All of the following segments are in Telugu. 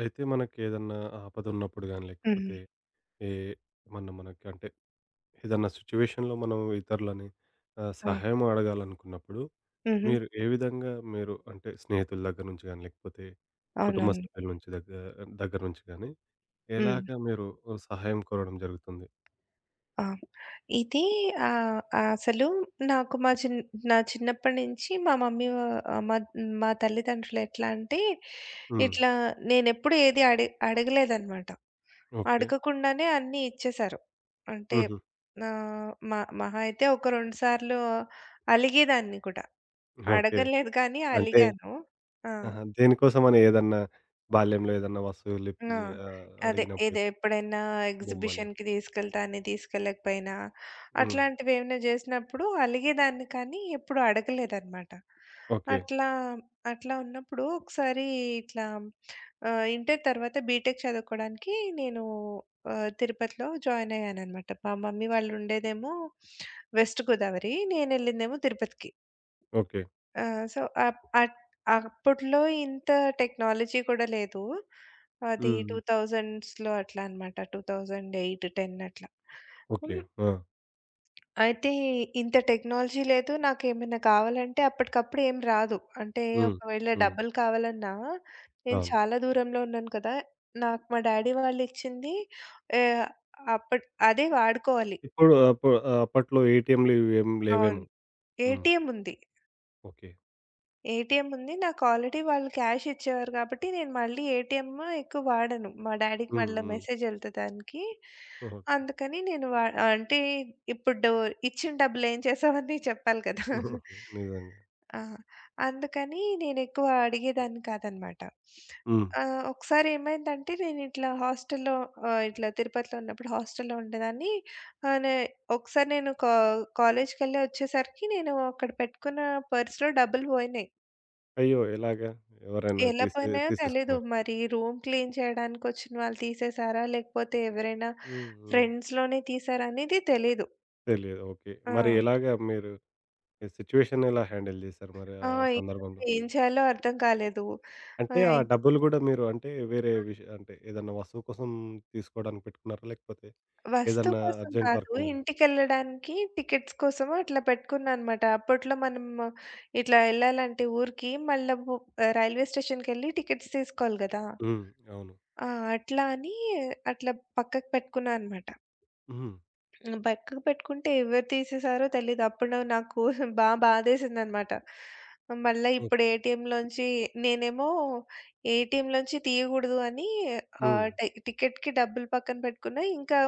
అయితే మనకేదన్నా ఆపదున్నప్పుడు గాని, హ్మ్. లేకపోతే ఏ ఏమన్నా మనకి అంటే ఏదన్నా సిట్యుయేషన్‌లో మనం ఇతరులని అవును. సహాయం అడగాలనుకున్నప్పుడు, హుహు. మీరు ఏ విధంగా మీరు అంటే స్నేహితుల దగ్గర నుంచి గాని, లేకపోతే కుటుంబ అవునవును. సభ్యుల నుంచి దగ్గర నుంచి గాని, హ్మ్. ఎలాగా మీరు సహాయం కోరడం జరుగుతుంది? ఆ! ఇది ఆహ్, అసలు నాకు మా చిన్ నా చిన్నప్పటి నుంచి మా మమ్మీ వ మా మా తల్లిదండ్రులు ఎట్లా అంటే, హ్మ్. ఇట్లా నేనెప్పుడు ఏది అడగలేదనమాట. ఓకే. అడగకుండానే అన్నీ ఇచ్చేశారు. అంటే హుహు. మా మహా అయితే ఒక 2 సార్లు అలిగేదాన్ని కూడా. ఓకే. అడగలేదు కానీ అంటే అలిగాను. ఆ! ఆహా! దేనికోసమని ఏదన్నా బాల్యంలో ఏదన్నా వస్తువులిప్పి ఆ! అదే. ఏదో అడిగినప్పుడు ఎప్పుడైనా బొమ్మలు. ఎగ్జిబిషన్‌కి తీసుకెళ్తాను, తీసుకెళ్ళకపోయినా హ్మ్. అట్లాంటివేమైనా జేసినప్పుడు అలిగేదాన్ని కానీ ఎప్పుడు అడగలేదనమాట. ఓకే. అట్లా, అట్లా ఉన్నప్పుడు ఒకసారి ఇట్లా ఇంటర్ తర్వాత బీటెక్ చదువుకోడానికి నేను తిరుపతిలో జాయిన్ అయ్యాననమాట. మా మమ్మీ వాళ్ళు ఉండేదేమో వెస్ట్ గోదావరి, నేనెళ్ళిందేమో తిరుపతికి. ఓకే. ఆ! సో, అప్ అట్ అప్పట్లో ఇంత టెక్నాలజీ కూడా లేదు. అది హ్మ్. 2000స్‌లో అట్లా అన్నమాట. 2008, 10 అట్లా. ఓకే. హ్మ్. ఆ! అయితే ఇంత టెక్నాలజీ లేదు. నాకేమైనా కావాలంటే అప్పటికప్పుడు ఏం రాదు. అంటే హ్మ్. ఒకవేళ హ్మ్. డబ్బులు కావాలన్నా నేను అవును. చాలా దూరంలో ఉన్నాను కదా! నాకు మా డ్యాడీ వాళ్ళు ఇచ్చింది ఆహ్, అదే వాడుకోవాలి. ఇప్పుడు అప్పు అప్పట్లో ఏటీఎంలు ఇవేం అవును. లేవేమో. హ్మ్. ఏటీఎం ఉంది. ఓకే. ఏటీఎం ఉంది. నాకు ఆల్రెడీ వాళ్ళు క్యాష్ ఇచ్చేవారు కాబట్టి నేను మళ్ళీ ఏటీఎం ఎక్కువ వాడను. మా డ్యాడీకి హ్మ్. మళ్ళా హ్మ్. మెసేజ్ ఎళ్తది దానికి. ఓహో! హుహు. అందుకని నేను వా అంటే ఇప్పుడు డో ఇచ్చిన డబ్బులు ఏం చేసావని చెప్పాలి కదా! నిజంగా. ఆ! అందుకని నేనెక్కువ అడిగేదాన్ని కాదనమాట. హ్మ్. ఒకసారి ఏమైందంటే నేనిట్లా హాస్టల్‌లో ఇట్లా తిరుపతిలో ఉన్నప్పుడు హాస్టల్‌లో ఉండేదాన్ని. ఆహ్, నే ఒకసారి నేను కా కాలేజ్‌కెళ్ళి వచ్చేసరికి నేను అక్కడ పెట్టుకున్న పర్స్‌లో డబ్బులు పోయినాయి. అయ్యో! ఎలాగా? ఎవరైనా ఎలా పోయినాయో తెలీదు. తీసేసుకున్నారా? మరి రూమ్ క్లీన్ చేయడానికొచ్చిన వాళ్ళు తీసేసారా? లేకపోతే ఎవరైనా హ్మ్. హ్మ్. ఫ్రెండ్స్‌లోనే తీసారా అనేది తెలీదు. తెలియదు. ఓకే. ఆ! మరి ఎలాగా మీరు ఈ సిట్యుయేషన్ ఎలా హ్యాండిల్ చేశారు మరి ఆ! ఆ ఇంకా సందర్భంలో? ఏం చేయాలో అర్థం కాలేదు. అంటే ఆహ్, ఆ డబ్బులు గూడా మీరు అంటే వేరే విష అంటే ఏదన్నా వస్తువు కోసం తీసుకోవడానికి పెట్టుకున్నారా? లేకపోతే వస్తువు ఏదన్నా కోసం అర్జెంట్ కాదు, వర్క్ ఉండని? ఇంటికెళ్ళడానికి టికెట్స్ కోసం అట్లా పెట్టుకున్నాననమాట. అప్పట్లో మనం ఇట్లా ఎళ్ళాలంటే ఊరికి మళ్ళా బు రైల్వే స్టేషన్‌కెళ్ళి టికెట్స్ తీసుకోవాలి గదా! హ్మ్. అవును. ఆ! అట్లా అని అట్లా పక్కకు పెట్టుకున్నా అనమాట. హ్మ్. హ్మ్. పక్కకు పెట్టుకుంటే ఎవరు తీసేసారో తెలీదు. అప్పుడు నాకు బాధేసిందనమాట. మళ్ళా ఇప్పుడు ఓకే. ఏటీఎంలోంచి నేనేమో ఏటీఎంలోంచి తీయగూడదు అని హ్మ్. ఆహ్, టి టికెట్‌కి డబ్బులు పక్కన పెట్టుకున్నా. ఇంకా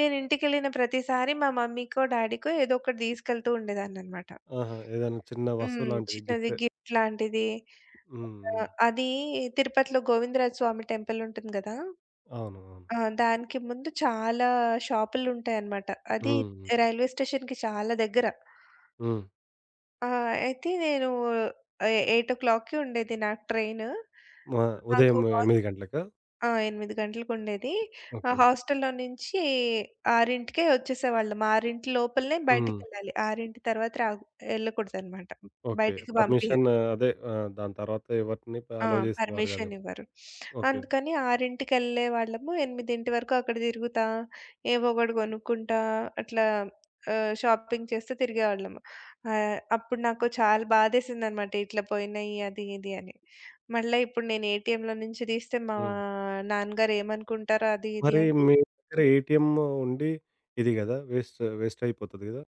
నేను ఇంటికెళ్ళిన ప్రతిసారి మా మమ్మీకో, డ్యాడీకో ఏదో ఒకటి తీసుకెళ్తూ ఉండేదాన్ననమాట. ఆహా! ఏదైనా చిన్న వస్తువు హ్మ్. లాంటిది చిన్నది గిఫ్ట్. గిఫ్ట్ లాంటిది. హ్మ్. హ్మ్. అది తిరుపతిలో గోవిందరాజ స్వామి టెంపుల్ ఉంటుంది గదా! అవును. అవును. ఆ! దానికి ముందు చాలా షాపులుంటాయనమాట. అది హ్మ్. హ్మ్. రైల్వే స్టేషన్‌కి చాలా దగ్గర. హ్మ్. ఆ! అయితే నేను 8:00కి ఉండేది నాకు ట్రైను. మా నాకు ఉదయం హాస్ 8 గంటలకా? ఆ! 8 గంటలకుండేది. ఆ ఓకే. హాస్టల్‌లో నుంచి 6కే వచ్చేసేవాళ్ళం. 6 లోపలనే హ్మ్. బయటికెళ్ళాలి. 6 తర్వాత రాకు ఎళ్ళకూడదనమాట. ఓకే. బయటికి పంపియరు. అదే దాని తర్వాత ఎవరిని ఆ! అలో చేసేవారు పర్మిషన్ కాదేమో. ఇవ్వరు. ఓకే. అందుకని 6:00కెళ్ళే వాళ్ళము 8:00 వరకు అక్కడ తిరుగుతా, ఏవో ఒకటి కొనుక్కుంటా అట్లా షాపింగ్ చేస్తూ తిరిగేవాళ్ళము. అప్పుడు నాకు చాలా బాధేసిందనమాట. ఇట్లా పోయినాయి అది ఇది అని. మళ్ళా ఇప్పుడు నేను ఏటీఎంలో నుంచి తీస్తే మా హ్మ్. నాన్నగారు ఏమనుకుంటారో అది ఇది మరి అని. మీ దగ్గర ఏటీఎం ఉండి ఇది గదా! వేస్ట్ వేస్ట్ అయిపోతది గదా!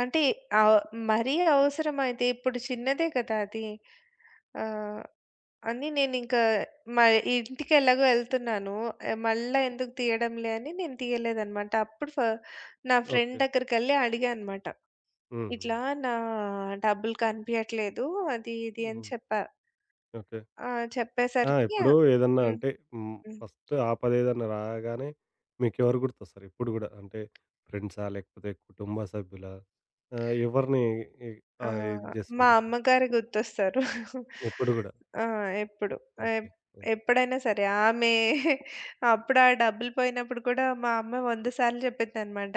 అంటే ఆహ్, మరీ అవసరమైతే ఇప్పుడు చిన్నదే కదా! అది. ఆ! అని నేనింకా మా ఇంటికెలాగో ఎళ్తున్నాను. మళ్ళా ఎందుకు తీయడంలే అని నేను తీయలేదనమాట. అప్పుడు ఫ నా ఫ్రెండ్ ఓకే. దగ్గరికెళ్ళి అడిగా అనమాట. హుహు. ఇట్లా నా డబ్బులు కనిపియట్లేదు అది ఇది అని హ్మ్. చెప్పా. ఓకే. ఆ! ఆ! చెప్పేసరికి ఇప్పుడు ఏదన్నా హ్మ్. అంటే హ్మ్. హ్మ్. ఫస్ట్ ఆపదేదన్నా రాగానే మీకెవరు గుర్తొస్తారు ఇప్పుడు గూడా? అంటే ఫ్రెండ్సా? లేకపోతే కుటుంబ సభ్యులా? ఎవరిని ఇ ఆ! ఇది మా జేస్తుంటారు మీరు? అమ్మగారు గుర్తొస్తారు. ఇప్పుడు గూడా. ఆ! ఎప్పుడు. ఎప్ ఓకే. ఓహ్! ఎప్పుడైనా సరే. ఆమె అప్పుడు ఆ డబ్బులు పోయినప్పుడు కూడా మా అమ్మ 100 సార్లు చెప్పిందనమాట.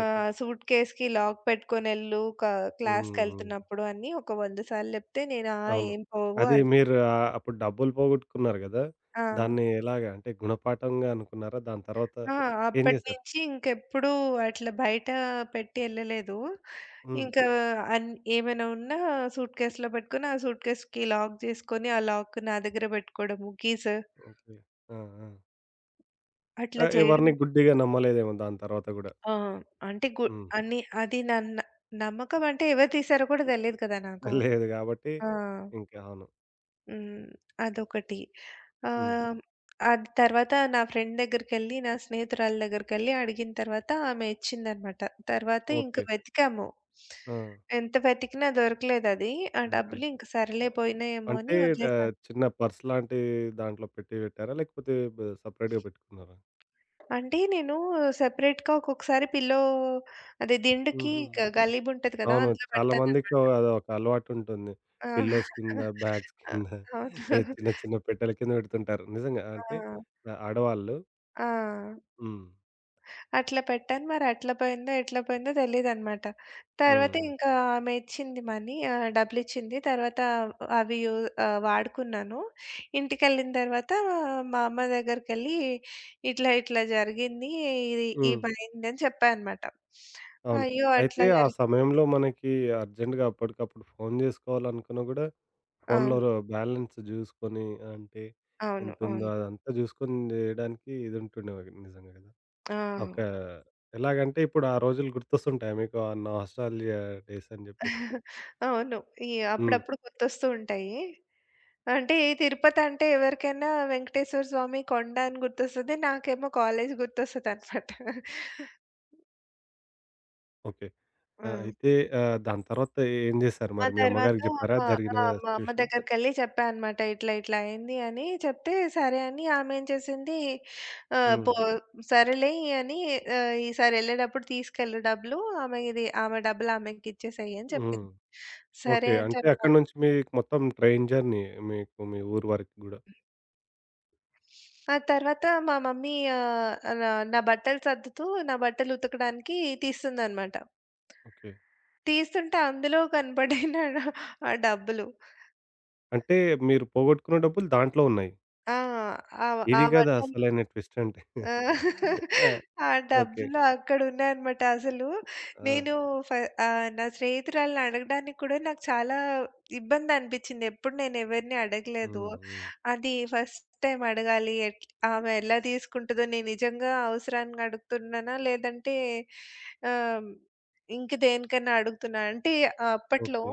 ఓకే. సూట్‌కేస్‌కి లాక్ పెట్టుకొనెళ్ళు హ్మ్. హ్మ్. క్లాస్‌కెళ్తున్నప్పుడు అని ఒక 100 సార్లు చెప్తే నేను ఆ! అవును. ఏం పోవు అది అని. మీరు అప్పుడు డబ్బులు పోగొట్టుకున్నారు గదా! ఆ! దాన్ని ఎలాగా అంటే గుణపాఠంగా అనుకున్నారా? దాని తర్వాత ఆ! ఏం జేశారు? అప్పటినుంచి ఇంకెప్పుడూ అట్లా బయట పెట్టి ఎళ్ళలేదు. హ్మ్. ఇంకా అన్ ఏమైనా ఉన్నా సూట్ కేస్‌లో పెట్టుకొని, ఆ సూట్ కేస్‌కి లాక్ జేసుకొని, ఆ లాక్ నా దగ్గర పెట్టుకోవడము, కీస్ ఓకే. ఆ! ఆ! అట్లా ఆ! చేయడం. ఎవరిని గుడ్డిగా నమ్మలేదేమో దాని తర్వాత గూడా. ఆ! అంటే హుహు. అన్ని అది నమ్మకం అంటే ఎవరు తీశారో కూడా తెలీదు కదా నాకు. లేదు గాబట్టి ఆ! ఇంకా అవును. హ్మ్. అదొకటి. హ్మ్. ఆహ్, అది తర్వాత నా ఫ్రెండ్ దగ్గరికెళ్ళి, నా స్నేహితురాలు దగ్గరికెళ్ళి అడిగిన తర్వాత ఆమె ఇచ్చిందనమాట. తర్వాత ఇంక ఓకే. వెతికాము. ఆ! ఎంత వెతికినా దొరకలేదది. ఆ దొరకలే. డబ్బులు ఇంక సరేలే పోయినాయేమో అని అంటే వదిలేసాను. చిన్న పర్స్ లాంటి దాంట్లో పెట్టారా? లేకపోతే సెపరేట్‌గా పెట్టుకున్నారా? అంటే నేను సెపరేట్‌గా ఒక్కొక్కసారి పిల్లో అది దిండుకి హుహుహు. గలీబుంటది కదా! అవును. అందులో చాలా మందికి పెడతాననమాట. అదొక అలవాటుంటుంది. ఆ! పిల్లోస్ కింద, బ్యాగ్స్ ఆ! కింద ఏ అవును. చిన్న చిన్న పెట్టెల కింద పెడుతుంటారు. నిజంగా ఆ! అంటే ఆడవాళ్ళు ఆ! హ్మ్. అట్లా పెట్టాను. మరి అట్లా పోయిందో, ఎట్లా పోయిందో తెలీదనమాట. తర్వాత హ్మ్. ఇంకా ఆమె ఇచ్చింది, మనీ డబ్బులిచ్చింది. తర్వాత అవి యూ వాడుకున్నాను. ఇంటికెళ్ళిన తర్వాత మా అమ్మ దగ్గరికెళ్ళి, "ఇట్లా ఇట్లా జరిగింది. ఇది హ్మ్. ఇవయింది" అని చెప్పా అనమాట. అవును. అయ్యో! అట్లా అయితే ఆ జరిగి సమయంలో మనకి అర్జెంట్‌గా అప్పటికప్పుడు ఫోను జేసుకోవాలనుకున్నా గూడా ఫోన్‌లో అవును. బ్యాలెన్స్ జూసుకొని అంటే అవును. ఎంతుందో అవును. అదంతా జూసుకొని జేయడానికి ఇదుంటుండే మనకి నిజంగా గదా! ఆ! ఒక ఎలాగంటే ఇప్పుడు ఆ రోజులు గుర్తొస్తుంటాయా మీకు? ఆ నాస్టాల్జియా డేస్ అని జెప్పేసి? అవును. ఈ హ్మ్. అప్పుడప్పుడు గుర్తొస్తూ ఉంటాయి. అంటే తిరుపతంటే ఎవరికైనా వెంకటేశ్వర స్వామి కొండ అని గుర్తొస్తది. నాకేమో కాలేజ్ గుర్తొస్తదనమాట. ఓకే. ఆ! హ్మ్. అయితే దాని తర్వాత ఏం జేశారు ఆ మరి? మీ తర్వాత అమ్మగారికి జెప్పారా మా జరిగిన ఆ! మా అమ్మ సిట్యుయేషన్? దగ్గరికెళ్ళి చెప్పా అనమాట. ఇట్లా ఇట్లా అయింది అని చెప్తే, సరే అని ఆమేం చేసింది ఆహ్, హ్మ్. పో సరేలే అని ఈసారి ఎళ్ళేటప్పుడు తీసుకెళ్ళు డబ్బులు. ఆమె డబ్బులు ఆమెకిచ్చేసేయి అని హ్మ్. చెప్పింది. సరే ఓకే. అని అంటే చెప్పా. అక్కడి నుంచి మీకు మొత్తం ట్రైన్ జర్నీ మీకు మీ ఊరు వరకు గూడా. ఆ తర్వాత మా మమ్మీ ఆహ్, నా నా బట్టలు సర్దుతూ, నా బట్టలు ఉతకడానికి తీస్తుందనమాట. ఓకే. తీస్తుంటే అందులో కనపడిన ఆ డబ్బులు. అంటే మీరు పోగొట్టుకున్న డబ్బులు దాంట్లో ఉన్నాయి. ఆ! ఆ! ఆ ఇది గదా! బట్ట అసలైన ట్విస్ట్ అంటే. ఆ! ఆ! ఆ ఓకే. డబ్బులు అక్కడున్నాయనమాట. అసలు ఆ! నేను ఫ ఆహ్, నా స్నేహితురాలిని అడగడానికి కూడా నాకు చాలా ఇబ్బందనిపిచ్చింది. ఎప్పుడు నేను ఎవరిని అడగలేదు. హ్మ్. హ్మ్. అది ఫస్ట్ టైమ్ అడగాలి. ఆమె ఎలా తీసుకుంటదో, నేను నిజంగా అవసరానికి అడుగుతున్నానా? లేదంటే ఆహ్, ఇంక దేనికన్నా అడుగుతున్నా? అంటే అప్పట్లో ఓకే.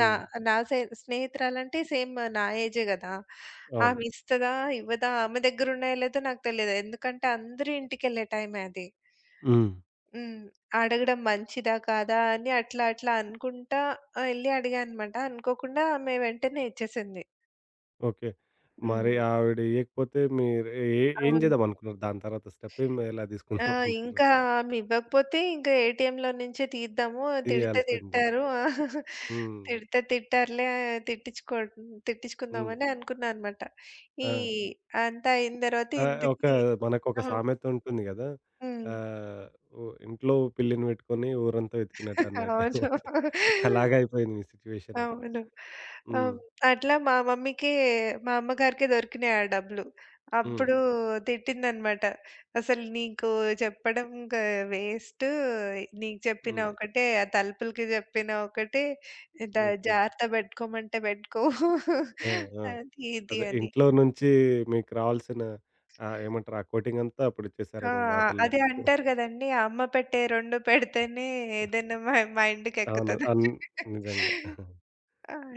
నా నా సే స్నేహితురాలంటే సేమ్ నా ఏజే గదా! అవును. ఆమె ఇస్తదా? ఇవ్వదా? ఆమె దగ్గరున్నాయో లేదో నాకు తెలీదు. ఎందుకంటే అందరూ ఇంటికెళ్ళే టైమే అది. హ్మ్. హ్మ్. అడగడం మంచిదా? కాదా? అని అట్లా అట్లా అనుకుంటా ఎళ్లి అడిగాననమాట. అనుకోకుండా ఆమె వెంటనే ఇచ్చేసింది. ఓకే. మరి హ్మ్. ఆవిడ ఇయ్యకపోతే మీరు ఏం అవును. జేద్దామనుకున్నారు? దాని తర్వాత స్టెప్ ఎలా ఆ! తీసుకుందాం అనుకున్నారు? ఇంకా ఆమె ఇవ్వకపోతే ఇంకా ఏటీఎంలో నుంచే తీద్దాము. తిడితే ఇయ్యాల్సిందే. తిట్టారు. హ్మ్. తిడితే తిట్టారులే, తిట్టించుకో హ్మ్. తిట్టించుకుందామని అనుకున్నా అనమాట. ఈ ఆ! అంతా అయిన తర్వాత ఆ! ఒక ఇంతకీ మనకొక ఆ! సామెత ఉంటుంది గదా! హ్మ్. ఆహ్, ఉ ఇంట్లో పిల్లిని పెట్టుకొని ఊరంతా వెతికినట్టు అన్నట్టు. అవును. అలాగైపోయింది మీ సిట్యుయేషన్ అప్పుడు. అవును. హ్మ్. ఆహ్, అట్లా మా మమ్మీకి, మా అమ్మగారికే దొరికినాయి ఆ డబ్బులు. హ్మ్. అప్పుడు తిట్టిందనమాట. "అసలు నీకు చెప్పడం వేస్టు. నీకు చెప్పిన హ్మ్. ఒకటే, ఆ తలుపులకి చెప్పిన ఒకటే. ద ఓకే. జాగ్రత్త పెట్టుకోమంటే పెట్టుకోవు." ఆ! ఆ! అది ఇది అదే అని. ఇంట్లో నుంచి మీకు రావాల్సిన ఏమంటారు? ఆ కోటింగ్ అంతా అప్పుడు ఆ! ఇచ్చేసారేమో మాటల్లో. అదే అంటారు గదండీ! అమ్మ పెట్టే 2 పెడితేనే ఏదైనా అవును. మైండ్‌కెక్కుతదని. నిజంగా.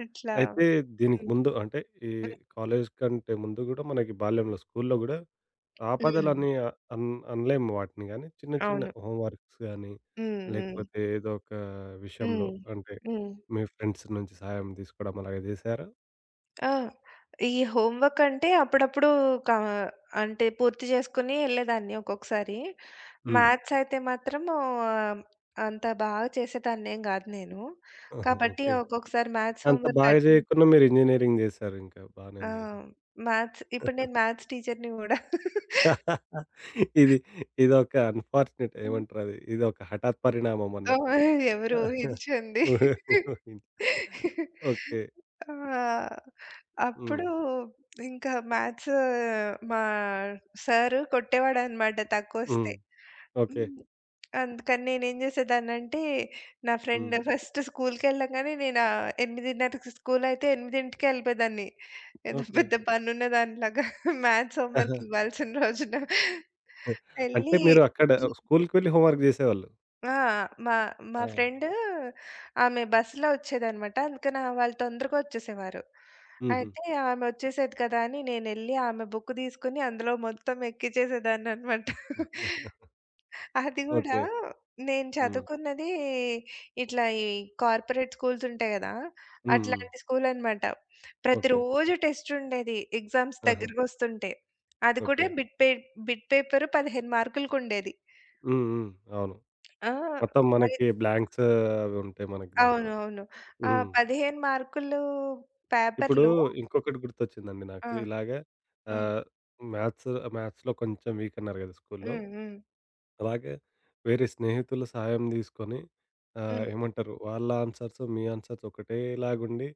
అట్లా. అయితే దీనికి హ్మ్. ముందు అంటే ఈ హ్మ్. కాలేజ్ కంటే ముందు గూడా మనకి బాల్యంలో స్కూల్‌లో గూడా హ్మ్. ఆపదలని అనలేము వాటిని గానీ చిన్న చిన్న అవును. హోమ్ వర్క్స్ గానీ హ్మ్. హ్మ్. లేకపోతే ఏదో ఒక విషయంలో హ్మ్. అంటే హ్మ్. మీ ఫ్రెండ్స్ నుంచి సహాయం తీసుకోవడం అలాగ జేసారా? ఆ! ఈ హోమ్ వర్క్ అంటే అప్పుడప్పుడు కా అంటే పూర్తి చేసుకొని ఎళ్ళేదాన్ని ఒక్కొక్కసారి. హ్మ్. మ్యాథ్స్ అయితే మాత్రము ఆహ్, అంత బాగా చేసేదాన్నేం గాదు నేను. కాబట్టి ఓకే. ఒక్కొక్కసారి మ్యాథ్స్ అంత హోమ్ వర్క్ బాగా అటెండ్ జేయకున్నా మీరు ఇంజినీరింగ్ జేసారు ఇంకా బానే ఆ! ఉంది గదా! మ్యాథ్స్ ఇప్పుడు నేను మ్యాథ్స్ టీచర్‌ని గూడా. ఇది ఇదొక అన్‌ఫార్చునేట్ హ్మ్. ఏమంటారది? ఇదొక హఠాత్ పరిణామం ఆ! అన్నట్టు. ఎవరు ఊహించంది. ఊహించ ఓకే. ఆ! హ్మ్. అప్పుడు ఇంకా మ్యాథ్స్ మా సారు కొట్టేవాడనమాట తక్కువొస్తే. హ్మ్. ఓకే. హ్మ్. అందుకని నేనేం చేసేదాన్నంటే, నా ఫ్రెండ్ హ్మ్. ఫస్ట్ స్కూల్‌కెళ్ళంగానే నేను 8:30కి స్కూలయితే 8కే ఎళ్ళిపోయేదాన్ని. ఏదో ఓకే. పెద్ద పనున్న దానిలాగా మ్యాథ్స్ ఆహా! హోంవర్క్ ఇవ్వాల్సిన రోజున. అంటే ఎళ్ళి మీరు అక్కడ స్కూలుకి వెళ్లి హోంవర్క్ జేసేవాళ్ళు. ఆ! మా మా ఆ! ఫ్రెండు ఆమె బస్సులో వచ్చేదనమాట. అందుకని ఆ వాళ్ళు తొందరగా వచ్చేసేవారు. హుహు. అయితే ఆమె వచ్చేసేది కదా! అని నేనెళ్ళి ఆమె బుక్ తీసుకొని అందులో మొత్తం ఎక్కించేసేదాన్ననమాట. అది గూడా ఓకే. నేను హ్మ్. చదువుకున్నది ఇట్లా ఈ కార్పొరేట్ స్కూల్స్ ఉంటాయి గదా! హ్మ్. హ్మ్. అట్లాంటి స్కూలనమాట. ఓకే. ప్రతిరోజు టెస్ట్ ఉండేది ఎగ్జామ్స్ ఆహా! దగ్గరకొస్తుంటే. అది కూడా ఓకే. Bit paper 15 మార్కులకుండేది. హ్మ్. హ్మ్. అవును. ఆ! మొత్తం మనకి బ్లాంక్స్ అవి ఉంటాయి మనకి దాంట్లో. అవునవును. ఆ! హ్మ్. 15 మార్కులు ఇప్పుడు పేపర్‌లో. ఇంకొకటి గుర్తొచ్చిందండి ఆ! నాకు. ఇలాగ ఆ! ఆహ్, మ్యాథ్స్ మ్యాథ్స్‌లో కొంచెం వీక్ అన్నారు గదా! స్కూల్‌లో. హ్మ్. హ్మ్. అలాగే వేరే స్నేహితుల సహాయం తీసుకొని హ్మ్. ఏమంటారు వాళ్ళ ఆన్సర్స్, మీ ఆన్సర్స్ ఒకటేలాగుండి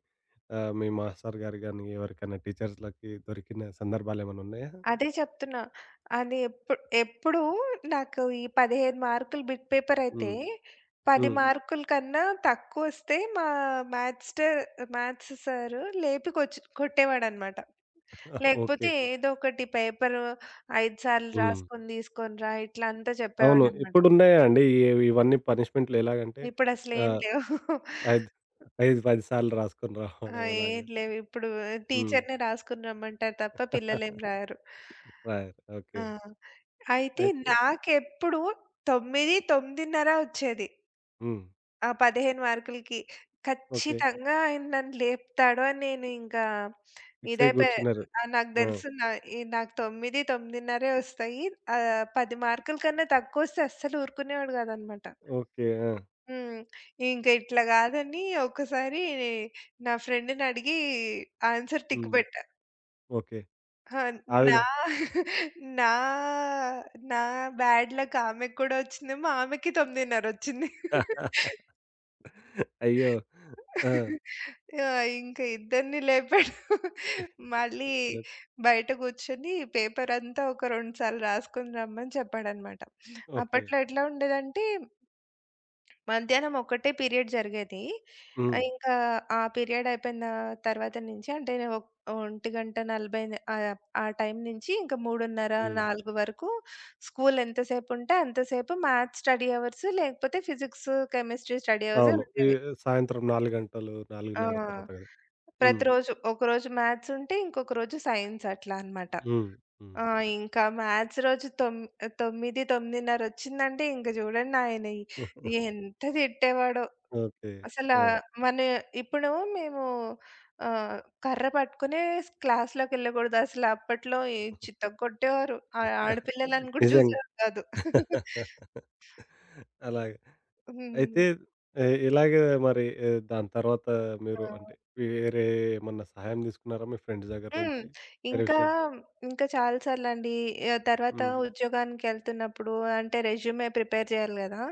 మీ మాస్టర్ గారు గాని, ఎవరికైనా టీచర్స్‌లకి దొరికిన సందర్భాలేమైనా ఉన్నాయా? అదే చెప్తున్నా. అది ఎప్పు ఎప్పుడూ నాకు ఈ 15 మార్కులు బిట్ పేపర్ అయితే హ్మ్. 10 హ్మ్. హ్మ్. మార్కుల కన్నా తక్కువొస్తే మా మ్యాథ్స్ ట మ్యాథ్స్ సారు లేపి కొట్టేవాడనమాట. లేకపోతే ఓకే. ఏదో ఒకటి పేపరు 5 సార్లు హ్మ్. రాసుకొని తీసుకొని రా ఇట్లా అంతా అవును. చెప్పేవాడనమాట. ఇప్పుడున్నాయా అండి? ఇవన్నీ పనిష్మెంట్‌లు ఎలాగంటే ఇప్పుడసలేం ఆహ్, లేవు. 5, 5, 10 సార్లు రాసుకొని ఆ! రావడం అలాగా. ఏం లేవు. ఇప్పుడు హ్మ్. టీచర్‌నే రాసుకొని రమ్మంటారు తప్ప పిల్లలేం రాయరు. రాయరు. ఆ! ఓకే. అయితే అయితే నాకెప్పుడు 9, 9:30 వచ్చేది. హ్మ్. ఆ 15 మార్కులకి. ఓకే. ఖచ్చితంగా ఆయన నన్ను లేపుతాడు అని నేను ఇంకా ఫిక్స్ అయ్యి ఇదైపోయా. గూర్చున్నారు. నాకు ఆ! తెలుసు నా ఈ నాకు 9, 9:30 వస్తాయి. 10 మార్కుల కన్నా తక్కువొస్తే అస్సలు ఊరుకునేవాడు కాదనమాట. ఓకే. ఆ! హ్మ్. ఇంక ఇట్లా గాదని ఒక్కసారి నా ఫ్రెండ్‌ని అడిగి ఆన్సర్ టిక్ హ్మ్. పెట్టా. ఓకే. ఆ! ఆ విధ నా నా నా బ్యాడ్ లక్ ఆమెకి కూడా వచ్చిందేమో, ఆమెకి 9:30 వచ్చింది. అయ్యో! ఆ! ఆ! ఇంక ఇద్దరిని లేపాడు. మళ్ళీ లెప్ బయట కూర్చొని పేపర్ అంతా ఒక 2 సార్లు రాసుకొని రమ్మని చెప్పాడన్నమాట. ఓకే. అప్పట్లో ఎట్లా ఉండేదంటే మధ్యాహ్నం ఒక్కటే పీరియడ్ జరిగేది. హ్మ్. ఇంకా ఆ పీరియడ్ అయిపోయిన తర్వాత నుంచి అంటే 1:40 ఆహ్, ఆ ఆ టైం నుంచి ఇంకా 3:30, హ్మ్. 4 వరకు స్కూల్ ఎంతసేపు ఉంటే అంతసేపు మ్యాథ్స్ స్టడీ అవర్స్ లేకపోతే ఫిజిక్స్, కెమిస్ట్రీ స్టడీ అవర్సే అవును. ఈ ఉండేవి. సాయంత్రం 4 గంటలు ఆ! 4:30 తర్వాత గదా! హ్మ్. ప్రతిరోజు ఒకరోజు మ్యాథ్స్ ఉంటే ఇంకొక రోజు సైన్స్ అట్లా అన్నమాట. హ్మ్. హ్మ్. ఆ! ఇంకా మ్యాథ్స్ రోజు 9, 9:30 వచ్చిందంటే ఇంక చూడండి ఆయన ఎంత తిట్టేవాడో. ఓకే. అసలా ఆ! మన ఇప్పుడు మేము ఆహ్, కర్ర పట్టుకునే క్లాస్‌లోకెళ్ళకూడదు. అసలు అప్పట్లో ఈ చితగ్గొట్టేవారు. ఆ ఆడపిల్లలని కూడా నిజంగా. చూసేవారు కాదు. అలాగే. హ్మ్. అయితే ఇలాగే మరి దాని తర్వాత మీరు ఆ! అంటే వేరే ఏమన్నా సహాయం తీసుకున్నారా మీ ఫ్రెండ్స్ దగ్గర హ్మ్. నుంచి? వేరే ఇంకా, విషయాలు. ఇంకా చాలా సార్లండి. తర్వాత హ్మ్. హ్మ్. ఉద్యోగానికెళ్తున్నప్పుడు అంటే రెజ్యూమే ప్రిపేర్ చేయాలి గదా!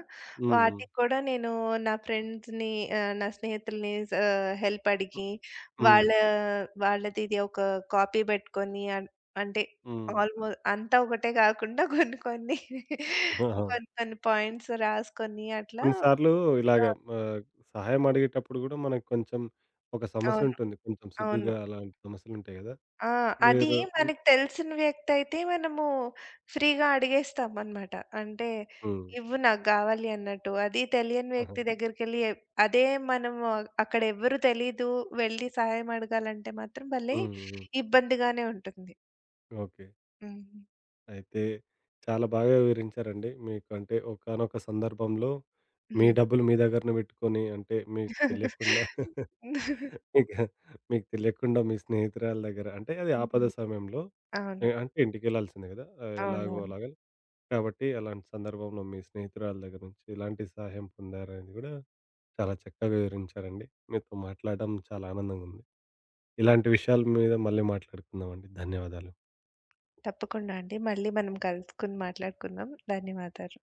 హ్మ్. హ్మ్. వాటికి కూడా నేను నా ఫ్రెండ్స్‌ని ఆహ్, నా స్నేహితుల్ని స హెల్ప్ అడిగి హ్మ్. వాళ్ళ వాళ్ళదిది ఒక కాపీ పెట్టుకొని అంటే హ్మ్. ఆల్‌మో అంతా ఒకటే కాకుండా అవును. కొన్ని కొన్ని పాయింట్స్ రాసుకొని అట్లా కొన్ని సార్లు ఇలాగ ఆ! ఆహ్, సహాయం అడిగేటప్పుడు గూడా మనకు కొంచెం ఒక సమస్య అవును. ఉంటుంది. కొంచెం అవును. సిగ్గుగా అలాంటి సమస్యలుంటాయి గదా! ఆ! అది మీరు హ్మ్. మనకు తెలిసిన వ్యక్తి అయితే మనము ఫ్రీగా అడిగేస్తామనమాట. అంటే హ్మ్. ఇవ్వు నాకు గావాలి అన్నట్టు. అది తెలియని ఆహా! వ్యక్తి దగ్గరికెళ్ళి అదే మనము అక్కడ ఎవ్వరు తెలీదు, వెళ్లి సహాయం అడగాలంటే మాత్రం భలే హ్మ్. హ్మ్. ఇబ్బందిగానే ఉంటుంది. ఓకే. హ్మ్. అయితే చాలా బాగా వివరించారండి. మీకు అంటే ఒకానొక సందర్భంలో మీ హ్మ్. డబ్బులు మీ దగ్గరనే పెట్టుకొని అంటే మీకు తెలియకుండా మీకు మీకు తెలియకుండా మీ స్నేహితురాల దగ్గర అంటే అది ఆపద హ్మ్. సమయంలో అవును. అంటే ఇంటికెళ్ళాల్సిందే గదా! ఆహ్, ఎలాగో అవునవును. అలాగా కాబట్టి అలాంటి సందర్భంలో మీ స్నేహితురాల దగ్గర నుంచి ఎలాంటి సహాయం పొందారనేది గూడా చాలా చక్కగా వివరించారండి. మీతో మాట్లాడడం చాలా ఆనందంగా ఉంది. ఇలాంటి విషయాల మీద మళ్ళీ మాట్లాడుకుందామండి. ధన్యవాదాలు. తప్పకుండా అండి. మళ్ళీ మనం కలుసుకొని మాట్లాడుకుందాం. ధన్యవాదాలు.